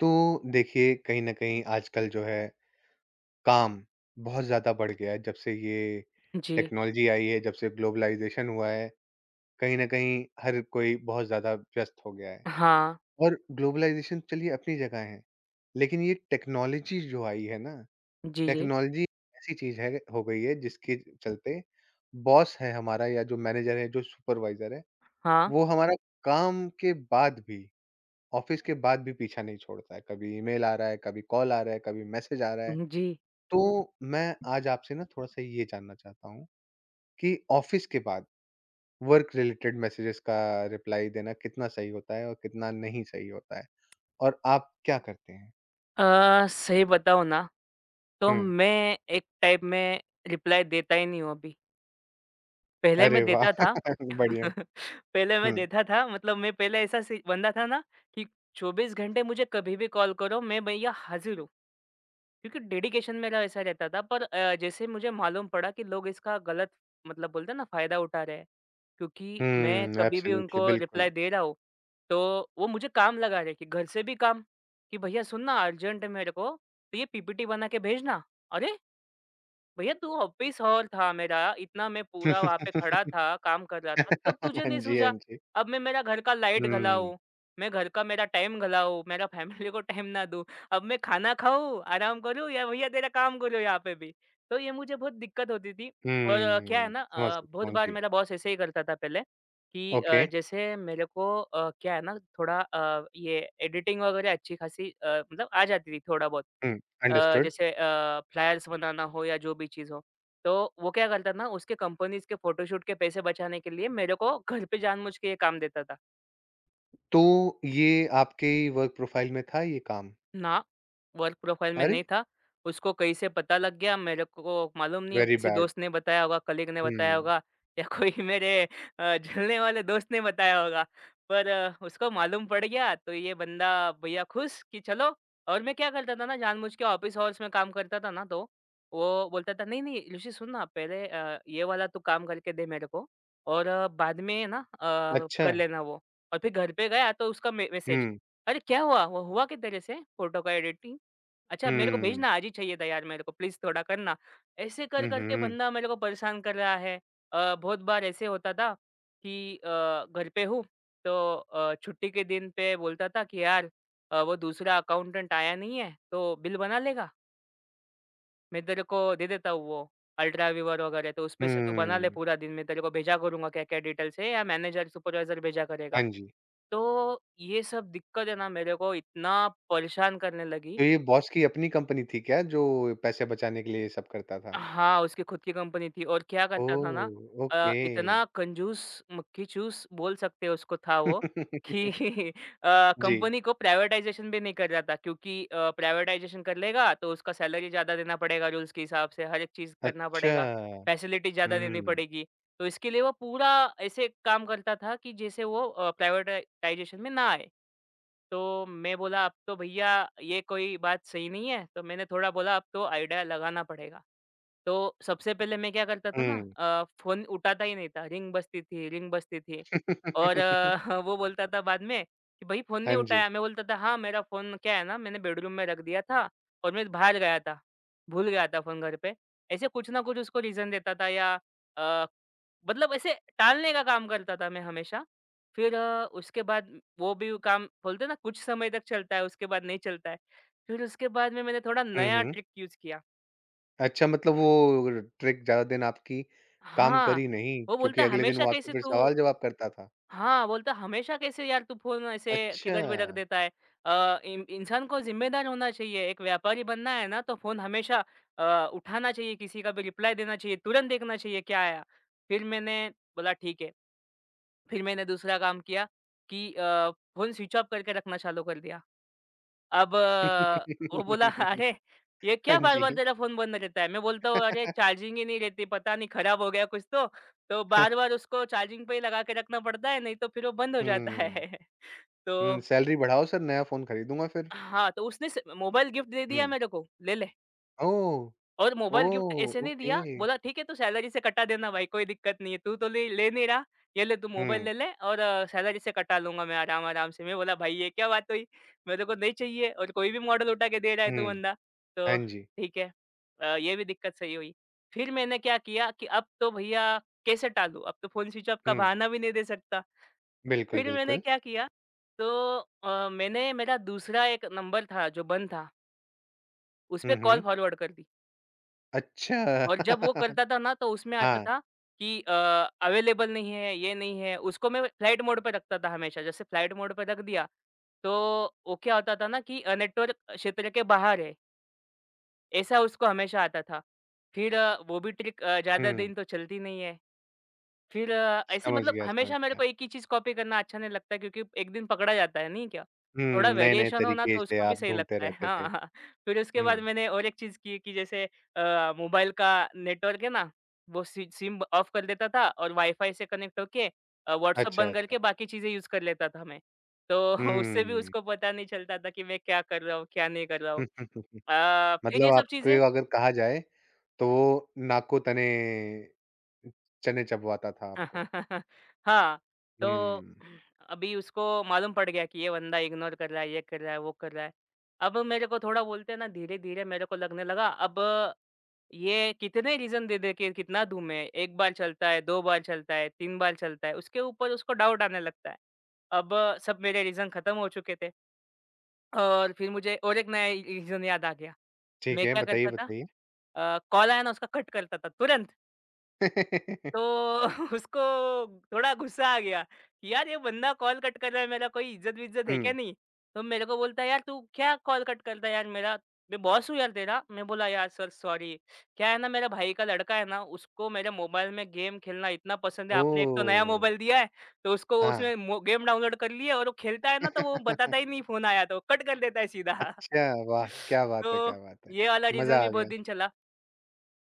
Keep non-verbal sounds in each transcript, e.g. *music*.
तो देखिए कहीं न कहीं आजकल जो है काम बहुत ज़्यादा बढ़ गया है जब से ये जी, टेक्नोलॉजी आई है, जब से ग्लोबलाइज़ेशन हुआ है, कहीं न कहीं हर कोई बहुत ज़्यादा व्यस्त हो गया है। हाँ। और ग्लोबलाइज़ेशन चलिए अपनी जगह है, लेकिन ये टेक्नोलॉजी जो आई है ना, जी, जी। टेक्नोलॉजी ऐसी चीज़ है हो गई है जिसके चलते बॉस है हमारा या जो मैनेजर है, जो सुपरवाइज़र है, हाँ। वो हमारा काम के बाद भी ऑफिस के बाद भी पीछा नहीं छोड़ता है, कभी ईमेल आ रहा है, कभी कॉल आ रहा है, कभी मैसेज आ रहा है। हुँ, जी। तो मैं आज आपसे ना थोड़ा-सा ये जानना चाहता हूँ कि ऑफिस के बाद वर्क रिलेटेड मैसेजेस का रिप्लाई देना कितना सही होता है और कितना नहीं सही होता है? और आप क्या करते हैं? सही बताऊँ ना, तो हुँ। मैं एक टाइप में रिप्लाई देता ही नहीं हूँ अभी। पहले अरे मैं वाह! देता था *laughs* बढ़िया। *laughs* पहले मैं हुँ, देता था मतलब मैं पहले ऐसा सी बंदा था ना कि 24 घंटे मुझे कभी भी कॉल करो, मैं भैया हाज़िर हूँ। क्योंकि डेडिकेशन मेरा ऐसा रहता था पर जैसे मुझे मालूम पड़ा कि लोग इसका गलत मतलब बोलते हैं ना फ़ायदा उठा रहे हैं, क्योंकि मैं हुँ, कभी भी एब्सोल्युटली, उनको बिल्कुल। रिप्लाई दे रहा हूँ, तो वो मुझे काम लगा रहे कि घर से भी काम, कि भैया सुन ना अर्जेंट है मेरे को, तो ये पीपीटी बना के भेजना। अरे! भैया तू ऑफिस हॉल था मेरा, इतना मैं पूरा वहाँ पे खड़ा *laughs* था, काम कर रहा था, तब तुझे हाँ नहीं जी, हाँ सूझा। जी। अब मैं मेरा घर का लाइट हुँ, घलाऊँ, मैं घर का मेरा टाइम घलाऊँ, मेरा फैमिली को टाइम ना दूँ। अब मैं खाना खाऊँ, आराम करूँ या भैया तेरा काम करूँ यहाँ पे भी। तो ये मुझे बहुत दिक्कत होती थी और क्या है हुँ, ना समझ सकता बहुत हूँ, बार जी। मेरा बॉस ऐसे ही करता था पहले। कि ओके, जैसे मेरे को क्या है ना थोड़ा ये एडिटिंग वगैरह अच्छी खासी मतलब आ जाती थी थोड़ा बहुत। हुँ, अंडरस्टूड। जैसे फ्लायर्स बनाना हो या जो भी चीज़ हो। तो वो क्या करता था ना उसके कंपनीज़ के फ़ोटोशूट के पैसे बचाने के लिए मेरे को घर पे जानबूझ के ये काम देता था। तो ये आपके वर्क प्रोफाइल में था ये काम? ना, वर्क प्रोफाइल में अरे! नहीं था। उसको कहीं से पता लग गया, मेरे को मालूम नहीं है वेरी किसी बैड। दोस्त ने बताया होगा, कलीग ने बताया हुँ, होगा या कोई *laughs* मेरे जलने वाले दोस्त ने बताया होगा। पर उसको मालूम पड़ गया तो ये बंदा भईया खुश कि चलो और मैं क्या करता था ना जानबूझ के ऑफ़िस आवर्स में काम करता था ना तो, वो बोलता था नहीं, नहीं ऋषि सुन ना पहले ये वाला तू काम करके दे मेरे को और बाद में ना अच्छा। कर लेना वो। और फिर घर पे गया तो उसका मे मैसेज, हुँ, अरे क्या हुआ? वो हुआ किधर से फ़ोटो का एडिटिंग? अच्छा मेरे को हुँ, भेजना आज ही चाहिए था यार मेरे को प्लीज़ थोड़ा करना। ऐसे कर कर के उहुँ, बंदा मेरे को परेशान कर रहा है। बहुत बार ऐसे होता था कि घर पे हूँ तो छुट्टी के दिन पे बोलता था कि यार वो दूसरा अकाउंटेंट आया नहीं है तो बिल बना लेगा? मैं तेरे को दे देता हूँ वो अल्ट्रा वीवर वगैरह तो उसपे से तू बना ले हुँ। पूरा दिन मैं तेरे को भेजा करूँगा क्या-क्या डिटेल्स है या मैनेजर सुपरवाइज़र भेजा हाँ करेगा। जी। तो ये सब दिक्कत है ना मेरे को इतना परेशान करने लगी। तो ये बॉस की अपनी कंपनी थी क्या जो पैसे बचाने के लिए ये सब करता था? हाँ, उसकी खुद की कंपनी थी और क्या करता था ओह! ना ओके। इतना कंजूस, मक्खी चूस बोल सकते हैं उसको था वो कि *laughs* *laughs* जी। कंपनी को प्राइवेटाइज़ेशन भी नहीं कर रहा था क्योंकि प्राइवेटाइज़ेशन कर लेगा तो उसका सैलरी ज़्यादा देना पड़ेगा रूल्स के हिसाब से, हर एक चीज़ करना पड़ेगा, अच्छा। फैसिलिटी ज़्यादा देनी हुँ, पड़ेगी। तो इसके लिए वो पूरा ऐसे काम करता था कि जैसे वो प्राइवेटाइजेशन में ना आए। तो मैं बोला अब तो भईया ये कोई बात सही नहीं है, तो मैंने थोड़ा बोला अब तो आइडिया लगाना पड़ेगा। तो सबसे पहले मैं क्या करता था ना हुँ। फ़ोन उठाता ही नहीं था, रिंग बजती थी और *laughs* *laughs* वो बोलता था बाद में कि भाई फ़ोन हाँ नहीं जी। उठाया, मैं बोलता था हाँ, मेरा फ़ोन क्या है ना मैंने बेडरूम में रख दिया था और मैं बाहर गया था, भूल गया था फ़ोन घर पे। ऐसे कुछ ना कुछ उसको रीज़न देता था या अ मतलब ऐसे टालने का काम करता था मैं हमेशा। फिर उसके बाद वो भी काम बोलते हैं ना कुछ समय तक चलता है, उसके बाद नहीं चलता है। फिर उसके बाद में मैंने थोड़ा हुँ, नया हुँ। ट्रिक यूज़ किया। अच्छा मतलब वो ट्रिक ज़्यादा दिन आपकी काम हाँ, करी नहीं वो क्योंकि बोलता है अगले दिन हमेशा वो आपसे कैसे फिर तू सवाल-जवाब करता था। हाँ, बोलता है हमेशा कैसे यार तू फ़ोन ऐसे अच्छा। किधर भी रख देता है। इन इंसान को ज़िम्मेदार होना चाहिए, एक व्यापारी बनना है ना तो फ़ोन हमेशा उठाना चाहिए, किसी का भी रिप्लाई देना चाहिए, तुरंत देखना चाहिए क्या आया। फिर मैंने बोला ठीक है। फिर मैंने दूसरा काम किया कि फ़ोन स्विच ऑफ करके रखना चालू कर दिया। अब वो बोला *laughs* *laughs* "अरे! ये हाँ क्या जी। बार-बार तेरा फ़ोन बंद रहता है?" मैं बोलता हूँ "अरे! चार्जिंग ही नहीं रहती, पता नहीं खराब हो गया कुछ तो बार-बार *laughs* उसको चार्जिंग पे ही लगा के रखना पड़ता है, नहीं तो फिर वो बंद हो जाता है।" हुँ, *laughs* तो हुँ, सैलरी बढ़ाओ सर नया फ़ोन खरीदूँगा फिर। हाँ, तो उसने स मोबाइल गिफ्ट दे हुँ। दिया मेरे को, "ले ले।" ओह! और मोबाइल गिफ्ट ओह! ऐसे नहीं ओके। दिया, बोला ठीक है तू सैलरी से कटा देना भाई कोई दिक्कत नहीं है, तू तो ले ले नहीं रहा, ये ले तू मोबाइल हुँ, ले ले और सैलरी से कटा लूँगा मैं आराम-आराम से। मैं बोला भाई ये क्या बात हुई? मेरे को नहीं चाहिए और कोई भी मॉडल उठा के दे रहा है तू हुँ, बंदा, हाँ तो जी। ठीक है। ये भी दिक्कत सही हुई। फिर मैंने क्या किया कि अब तो भईया कैसे टालूँ? अब तो फ़ोन स्विच ऑफ का हुँ, बहाना भी नहीं दे सकता। बिल्कुल, फिर मैंने बिल्कुल। क्या किया, तो मैंने मेरा दूसरा एक नंबर था जो बंद था, उस हुँ, पे कॉल हुँ। फॉरवर्ड कर दी। अच्छा। और जब वो *laughs* करता था ना तो उसमें आता हाँ। था कि अवेलेबल नहीं है, ये नहीं है। उसको मैं फ्लाइट मोड पे रखता था हमेशा। जैसे फ्लाइट मोड पे रख दिया, तो वो क्या होता था ना कि नेटवर्क क्षेत्र के बाहर है, ऐसा उसको हमेशा आता था। फिर वो भी ट्रिक ज़्यादा हुँ, दिन तो चलती नहीं है। फिर ऐसे समझ मतलब गया, समझ हमेशा मेरे गया। को एक ही चीज़ कॉपी करना अच्छा नहीं लगता क्योंकि एक दिन पकड़ा जाता है, नहीं क्या? तो थोड़ा नए-नए वेरिएशन हो ना तरीके तो इसलिए उसको भी आप सही ढूँढते लगता है। रहते थे। हाँ, हाँ। फिर उसके बाद हुँ, मैंने और एक चीज़ की कि जैसे मोबाइल का नेटवर्क है ना, वो सि सिम ऑफ कर देता था और वाईफ़ाई से कनेक्ट होके व्हाट्सएप अच्छा, बंद अच्छा। करके बाकी चीज़ें यूज़ कर लेता था मैं। तो *laughs* उससे भी हुँ। उसको पता नहीं चलता था कि मैं क्या कर रहा हूँ, क्या नहीं कर रहा हूँ। *laughs* फिर ये मतलब सब आपको चीज़ें अगर कहा जाए, तो वो नाको तने चने चबवाता था आपको। *laughs* हाँ, तो हुँ, *clears throat* अभी उसको मालूम पड़ गया कि ये बंदा इग्नोर कर रहा है, ये कर रहा है, वो कर रहा है। अब मेरे को थोड़ा बोलते हैं ना धीरे-धीरे मेरे को लगने लगा अब ये कितने रीज़न दे दे के कितना दूँ मैं? एक बार चलता है, दो बार चलता है, तीन बार चलता है, उसके ऊपर उसको डाउट आने लगता है। अब सब मेरे रीज़न खत्म हो चुके थे और फिर मुझे और एक नया रीज़न याद आ गया। ठीक मैं है, क्या बताइए, करता था बताइए? कॉल आया ना उसका कट करता था तुरंत। तो *laughs* *laughs* उसको थोड़ा गुस्सा आ गया कि यार ये बंदा कॉल कट कर रहा है मेरा कोई इज्जत-विज्जत है क्या हुँ, नहीं? तो मेरे को बोलता है यार तू क्या कॉल कट करता है यार मेरा? मैं बॉस हूँ यार तेरा। मैं बोला यार सर सॉरी। क्या है ना मेरा भाई का लड़का है ना उसको मेरे मोबाइल में गेम खेलना इतना पसंद है। आपने एक तो नया ओह! मोबाइल दिया है तो उसको हाँ। उसमें मो गेम डाउनलोड कर ली है और वो खेलता है ना तो वो बताता *laughs* ही नहीं फ़ोन आया तो कट कर देता है सीधा। अच्छा, वाह! *laughs* क्या बात है, तो क्या बात है! ये वाला मज़ा रीज़न आ भी बहुत गया। दिन चला।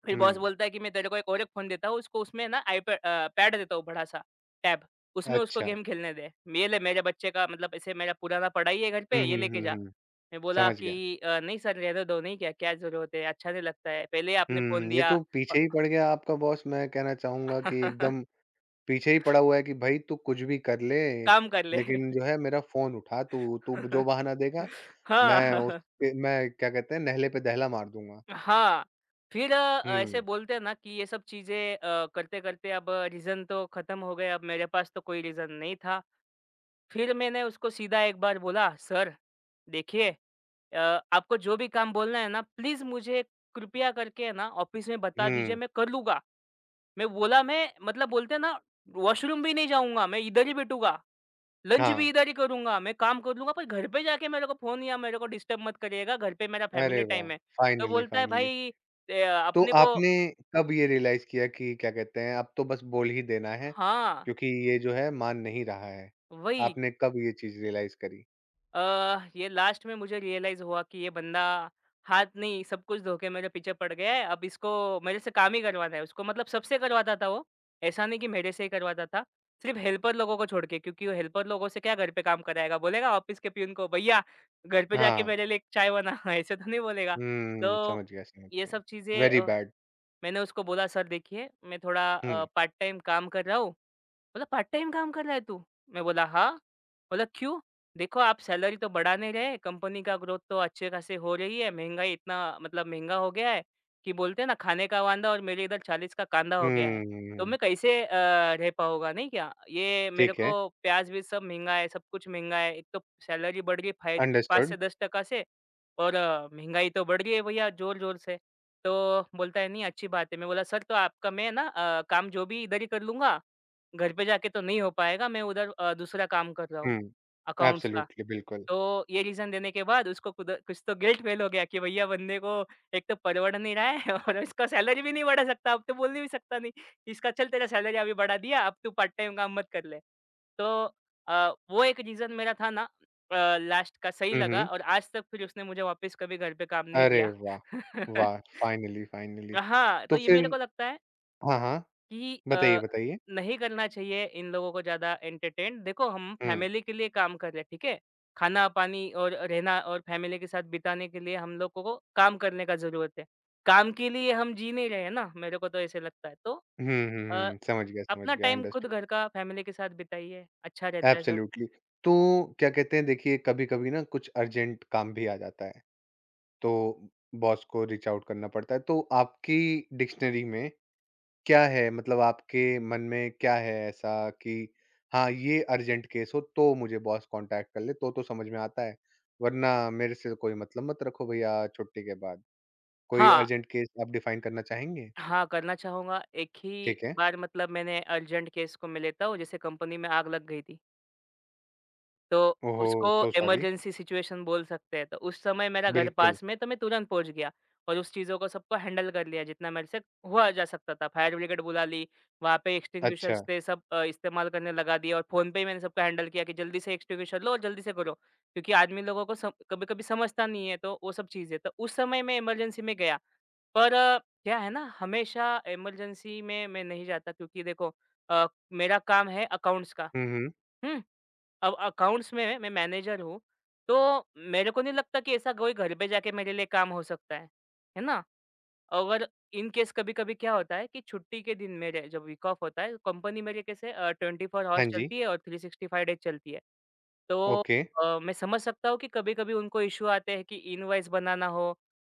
फिर बॉस हुँ, बोलता है कि मैं तेरे को एक और एक फ़ोन देता हूँ, उसको उसमें ना पैड देता हूँ बड़ा-सा, टैब, उसमें उसको अच्छा। गेम खेलने दे। ये ले मेरे बच्चे का मतलब ऐसे मेरा पुराना पड़ा ही है घर पे, हुँ, ये हुँ, लेके हुँ, जा। हुँ, मैं बोला समझ गया। कि "नहीं सर रहने दो, नहीं क्या क्या ज़रूरत है, अच्छा नहीं लगता है, पहले ही आपने फ़ोन ये तो दिया, पीछे ही पड़ गया आपका बॉस, मैं कहना चाहूँगा कि एकदम *laughs* पीछे ही पड़ा हुआ है कि भई तू कुछ भी कर ले, काम कर ले।" लेकिन जो है मेरा फ़ोन उठा तू, तू जो *laughs* बहाना देगा, मैं हाँ, *laughs* उसके मैं क्या कहते हैं, नेहले पे दहला मार दूँगा। हाँ। फिर ऐसे हुँ, बोलते हैं ना कि ये सब चीज़ें करते-करते अब रीज़न तो खत्म हो गए, अब मेरे पास तो कोई रीज़न नहीं था। फिर मैंने उसको सीधा एक बार बोला, "सर, देखिए अ, आपको जो भी काम बोलना है ना, प्लीज़ मुझे कृपया करके है ना ऑफिस में बता दीजिए, हुँ, मैं कर लूँगा। मैं बोला मैं मतलब बोलते हैं ना वॉशरूम भी नहीं जाऊँगा, मैं इधर ही बैठूँगा, लंच हाँ। भी इधर ही करूँगा, मैं काम कर लूँगा, पर घर पे जाके मेरे को फ़ोन या मेरे को डिस्टर्ब मत करिएगा, घर पे मेरा अरे फैमिली वाह! टाइम है।" तो फाइनली, बोलता है, फाइनली। "भाई ए, तो अपने को" आपने कब ये रियलाइज़ किया कि क्या कहते हैं, अब तो बस बोल ही देना है, हाँ, क्योंकि ये जो है मान नहीं रहा है? वही। आपने कब ये चीज़ रियलाइज़ करी? अ, ये लास्ट में मुझे रियलाइज़ हुआ कि ये बंदा हाथ नहीं सब कुछ धो के मेरे पीछे पड़ गया है। अब इसको मेरे से काम ही करवाना है। उसको मतलब सबसे करवाता था वो, ऐसा नहीं कि मेरे से ही करवाता था। सिर्फ़ हेल्पर लोगों को छोड़ के क्योंकि वो हेल्पर लोगों से क्या घर पे काम कराएगा? बोलेगा ऑफिस के पियून को, "भैया घर पे जाके हाँ। मेरे लिए एक चाय बना।" *laughs* ऐसे तो नहीं बोलेगा। तो समझ गया, समझ ये गया। सब चीज़ें वेरी बैड। मैंने उसको बोला, "सर देखिए मैं थोड़ा हुँ। पार्ट टाइम काम कर रहा हूँ।" बोला, "पार्ट टाइम काम कर रहा है तू?" मैं बोला, "हाँ।" बोला, "क्यों?" "देखो आप सैलरी तो बढ़ा नहीं रहे, कंपनी का ग्रोथ तो अच्छे खासे हो रही है, महँगाई इतना मतलब महँगा हो गया है कि बोलते हैं ना खाने का वांदा और मेरे इधर 40 का कांदा हो गया है। तो हुँ, मैं कैसे रह पाऊँगा नहीं क्या? ये मेरे ठीक है। को प्याज़-व्याज़ सब महँगा है, सब कुछ महँगा है। एक तो सैलरी बढ़ रही है फाइ 5 अंडरस्टूड। से 10 टका से और महँगाई तो बढ़ रही है भैया ज़ोर-ज़ोर से।" तो बोलता है, "नहीं अच्छी बात है।" मैं बोला, "सर तो आपका मैं ना काम जो भी इधर ही कर लूँगा, घर पे जाके तो नहीं हो पाएगा, मैं उधर दूसरा काम कर रहा हुँ। हूँ, अकाउंट्स का।" एब्सोल्युटली, बिल्कुल। तो ये रीज़न देने के बाद उसको खुद कुछ तो गिल्ट फ़ील हो गया कि भैया बंदे को एक तो परवड़ नहीं रहा है *laughs* और इसका सैलरी भी नहीं बढ़ा सकता, अब तो बोल नहीं भी सकता नहीं, इसका चल तेरा सैलरी अभी बढ़ा दिया, अब तू पार्ट टाइम काम मत कर ले। तो वो एक रीज़न मेरा था ना लास्ट का सही हुँ, लगा हुँ। और आज तक फिर उसने मुझे वापस कभी घर पे काम नहीं अरे दिया। वाह! *laughs* वाह! Finally, finally. हाँ, तो तो ये मेरे फिर को लगता है हाँ, हाँ। कि बताइए, बताइए। नहीं करना चाहिए इन लोगों को ज़्यादा एंटरटेन। देखो हम हुँ। फैमिली के लिए काम कर रहे हैं, ठीक है? खाना-पानी और रहना और फैमिली के साथ बिताने के लिए हम लोगों को काम करने का ज़रूरत है। काम के लिए हम जी नहीं रहे हैं ना, मेरे को तो ऐसे लगता है। तो हुँ, हुँ, अ, हुँ। समझ गया, समझ अपना गया। टाइम खुद अंडरस्टूड। घर का फैमिली के साथ बिताइए, अच्छा रहता है सब। एब्सोल्युटली। तो क्या कहते हैं देखिए कभी-कभी ना कुछ अर्जेंट काम भी आ जाता है, तो बॉस को रीच आउट करना पड़ता है। तो आपकी डिक्शनरी में क्या है मतलब आपके मन में क्या है ऐसा कि हाँ, ये अर्जेंट केस हो तो मुझे बॉस कॉन्टैक्ट कर ले तो समझ में आता है, वरना मेरे से कोई मतलब मत रखो भैया छुट्टी के बाद। कोई हाँ, अर्जेंट केस आप डिफाइन करना चाहेंगे? हाँ, करना चाहूँगा। एक ही ठीक है। बार मतलब मैंने अर्जेंट केस को मैं लेता हूँ, जैसे कंपनी में आग लग गई थी। तो ओह! उसको सो सॉरी। इमरजेंसी सिचुएशन बोल सकते हैं। तो उस समय मेरा घर बिल्कुल। पास में, तो मैं तुरंत पहुँच गया और उस चीज़ों को सबको हैंडल कर लिया जितना मेरे से हुआ जा सकता था। फायर ब्रिगेड बुला ली, वहाँ पे अच्छा। एक्सटिंग्विशर्स थे सब इस्तेमाल करने लगा दिए और फ़ोन पे ही मैंने सबको हैंडल किया कि जल्दी से एक्सटिंग्विशर लो और जल्दी से करो। क्योंकि आदमी लोगों को सम कभी-कभी समझता नहीं है तो वो सब चीज़ें। तो उस समय मैं इमरजेंसी में गया। पर क्या है ना हमेशा इमरजेंसी में मैं नहीं जाता क्योंकि देखो अ, मेरा काम है अकाउंट्स का, हुँ, हुँ। हुँ? अब अकाउंट्स में मैं मैनेजर हूँ, तो मेरे को नहीं लगता कि ऐसा कोई घर पे जाके मेरे लिए काम हो सकता है ना? अगर इन केस कभी-कभी क्या होता है कि छुट्टी के दिन मेरे जब वीक ऑफ होता है, कंपनी मेरी कैसे 24 हाँ हॉर्स जी। चलती है और 365 डेज़ चलती है। तो ओके। मैं समझ सकता हूँ कि कभी-कभी उनको इश्यू आते हैं कि इनवॉइस बनाना हो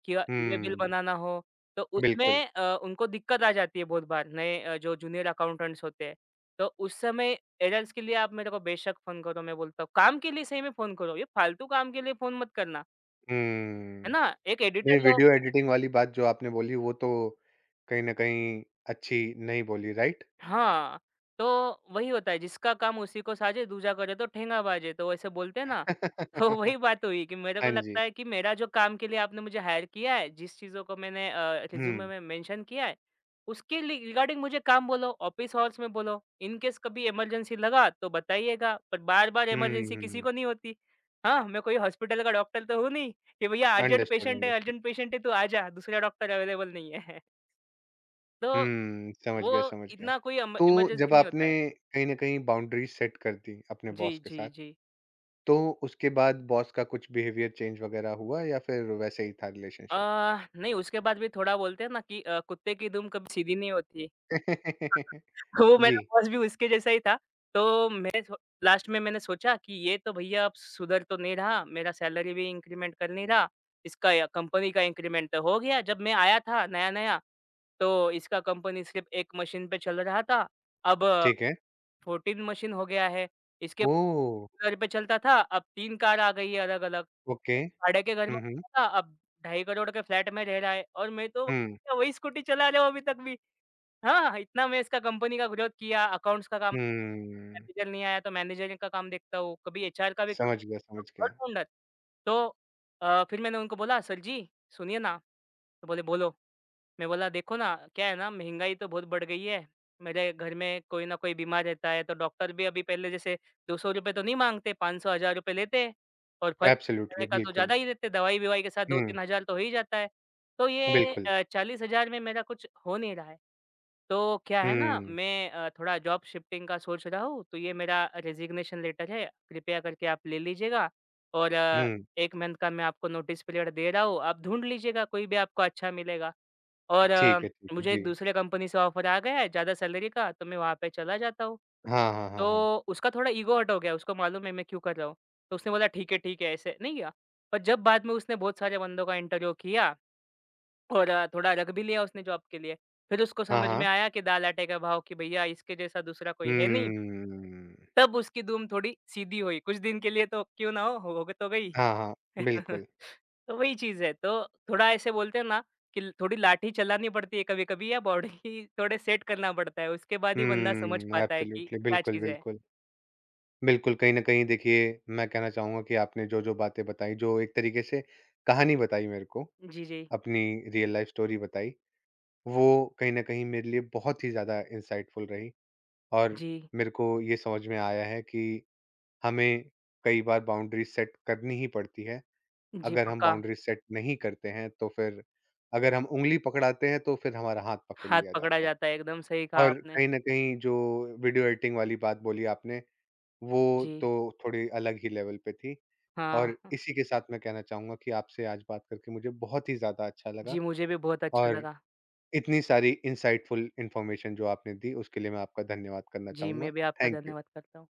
या ई-वे बिल हुँ, बनाना हो, तो बिल्कुल। उसमें उनको दिक्कत आ जाती है बहुत बार नए जो जूनियर अकाउंटेंट्स होते हैं। तो उस समय एरर्स के लिए आप मेरे को बेशक फ़ोन करो मैं बोलता हूँ, काम के लिए सही में फ़ोन करो, ये फालतू काम के लिए फ़ोन मत करना, हम्म। है ना? एक एडिटर नहीं लो। वीडियो एडिटिंग वाली बात जो आपने बोली वो तो कहीं न कहीं अच्छी नहीं बोली, राइट? हाँ, तो वही होता है जिसका काम उसी को साजे दूजा करे तो ठेंगा बाजे तो वैसे बोलते हैं ना, *laughs* तो वही *laughs* बात हुई कि मेरे हाँ को जी। लगता है कि मेरा जो काम के लिए आपने मुझे हायर किया है, जिस चीज़ों को मैंने रिज़्यूमे हुँ, में मेंशन किया है, उसके लि रिगार्डिंग मुझे काम बोलो, ऑफ़िस आवर्स में बोलो, इन केस कभी इमरजेंसी लगा तो बताइएगा, पर बार-बार हुँ, इमरजेंसी हुँ, किसी हुँ। को नहीं होती। हाँ, मैं कोई हॉस्पिटल का डॉक्टर तो हूँ नहीं कि भैया अंडरस्टूड, अंडरस्टूड। अर्जेंट पेशेंट है तू आ जा, दूसरा डॉक्टर अवेलेबल नहीं है। *laughs* तो समझ वो गया, समझ गया। इतना कोई इम तो जब इमरजेंसी नहीं आपने होता है। कहीं न कहीं बाउंड्रीज़ सेट कर दी अपने जी, बॉस के जी, साथ, जी। तो उसके बाद बॉस का कुछ बिहेवियर चेंज वगैरह हुआ या फिर वैसे ही था रिलेशनशिप? नहीं उसके बाद भी थोड़ा बोलते हैं ना कि कुत्ते की दुम कभी सीधी नहीं होती। *laughs* *laughs* तो जी, मेरा बॉस भी उसके जैसा ही था। तो मैं सो लास्ट में मैंने सोचा कि ये तो भईया अब सुधर तो नहीं रहा, मेरा सैलरी भी इंक्रीमेंट कर नहीं रहा, इसका या कंपनी का इंक्रीमेंट तो हो गया जब मैं आया था नया-नया, तो इसका कंपनी सिर्फ़ 1 मशीन पे चल रहा था, अब ठीक है। 14 मशीन हो गया है। इसके ओह! पे चलता था, अब 3 कार आ गई है अलग-अलग। ओके। भाड़े के घर में हुँ, हुँ। था, अब 2.5 करोड़ के फ्लैट में रह रहा है और मैं तो हुँ, क्या वही स्कूटी चला रहा हूँ अभी तक भी। हाँ, हाँ, इतना मैं इसका कंपनी का ग्रोथ किया, अकाउंट्स का काम हुँ। मैनेजर नहीं आया तो मैनेजरिंग का काम देखता हूँ, कभी एचआर का भी काम समझ गया, देखता समझ हूँ, गया। ऑलराउंडर। तो फिर मैंने उनको बोला, "सर जी सुनिए ना।" तो बोले, "बोलो।" मैं बोला, "देखो ना क्या है ना महंगाई तो बहुत बढ़ गई है। मेरे घर में कोई ना कोई बीमार रहता है तो डॉक्टर भी अभी पहले जैसे ₹200 तो नहीं माँगते, 500 हज़ार रुपए लेते हैं और फर्स्ट एब्सोल्युटली, जाने का तो बिल्कुल। ज़्यादा ही लेते हैं, दवाई-ववाई के साथ हुँ, 2-3 हज़ार तो हो ही जाता है। तो ये बिल्कुल। 40 हज़ार में मेरा कुछ हो नहीं रहा है। तो क्या है हुँ। ना हुँ, मैं थोड़ा जॉब शिफ्टिंग का सोच रहा हूँ, तो ये मेरा रेज़िग्नेशन लेटर है, कृपया करके आप ले लीजिएगा।" और हुँ। हुँ, 1 मंथ का मैं आपको नोटिस पीरियड दे रहा हूँ, आप ढूँढ लीजिएगा कोई भी आपको अच्छा मिलेगा। और ठीक है, मुझे एक जी। दूसरे कंपनी से ऑफ़र आ गया है ज़्यादा सैलरी का, तो मैं वहाँ पे चला जाता हूँ। हाँ, हाँ, हाँ, हाँ। तो उसका थोड़ा ईगो हर्ट हो गया, उसको मालूम है मैं क्यों कर रहा हूँ, तो उसने बोला, "ठीक है, ठीक है," ऐसे नहीं किया। पर जब बाद में उसने बहुत सारे बंदों का इंटरव्यू किया और थोड़ा रख भी लिया उसने जॉब के लिए। फिर उसको हाँ, समझ हाँ। में आया कि दाल आटे का भाव कि भैया इसके जैसा दूसरा कोई है नहीं। हम्म, तब उसकी धूम थोड़ी सीधी हुई। कुछ दिन के लिए तो क्यों ना हो गई तो गई। हाँ, हाँ, बिल्कुल। *laughs* तो वही चीज़ है। तो थोड़ा ऐसे बोलते हैं ना कि थोड़ी लाठी चलानी पड़ती है कभी-कभी या बॉडी *laughs* थोड़े सेट करना पड़ता है। उसके बाद ही बंदा समझ पाता है कि एब्सोल्युटली, क्या बिल्कुल, चीज़ है। बिल्कुल। बिल्कुल, कहीं न कहीं देखिए, मैं कहना चाहूँगा कि आपने जो-जो बातें बताई, जो एक तरीके से कहानी बताई मेरे को, जी, जी। अपनी रियल लाइफ़ स्टोरी बताई, वो कहीं न कहीं मेरे लिए बहुत ही ज़्यादा इंसाइटफुल रही और जी। मेरे को ये समझ में आया है कि हमें कई बार बाउंड्रीज़ सेट करनी ही पड़ती है। जी, अगर हम पक्का। बाउंड्री सेट नहीं करते हैं तो फिर अगर हम उंगली पकड़ाते हैं तो फिर हमारा हाथ पकड़ हाथ लिया पकड़ा जाता है। जाता है। एकदम सही कहा और आपने। कहीं न कहीं जो वीडियो एडिटिंग वाली बात बोली आपने, वो जी। तो थोड़ी अलग ही लेवल पे थी। और हाँ। इसी के साथ मैं कहना चाहूँगा कि आपसे आज बात करके मुझे बहुत ही ज़्यादा अच्छा लगा जी, मुझे भी बहुत अच्छा और लगा। इतनी सारी इनसाइटफुल इन्फॉर्मेशन जो आपने दी उसके लिए मैं आपका धन्यवाद करना जी, चाहूँगा। मैं भी आपका थैंक यू। धन्यवाद करता हूँ।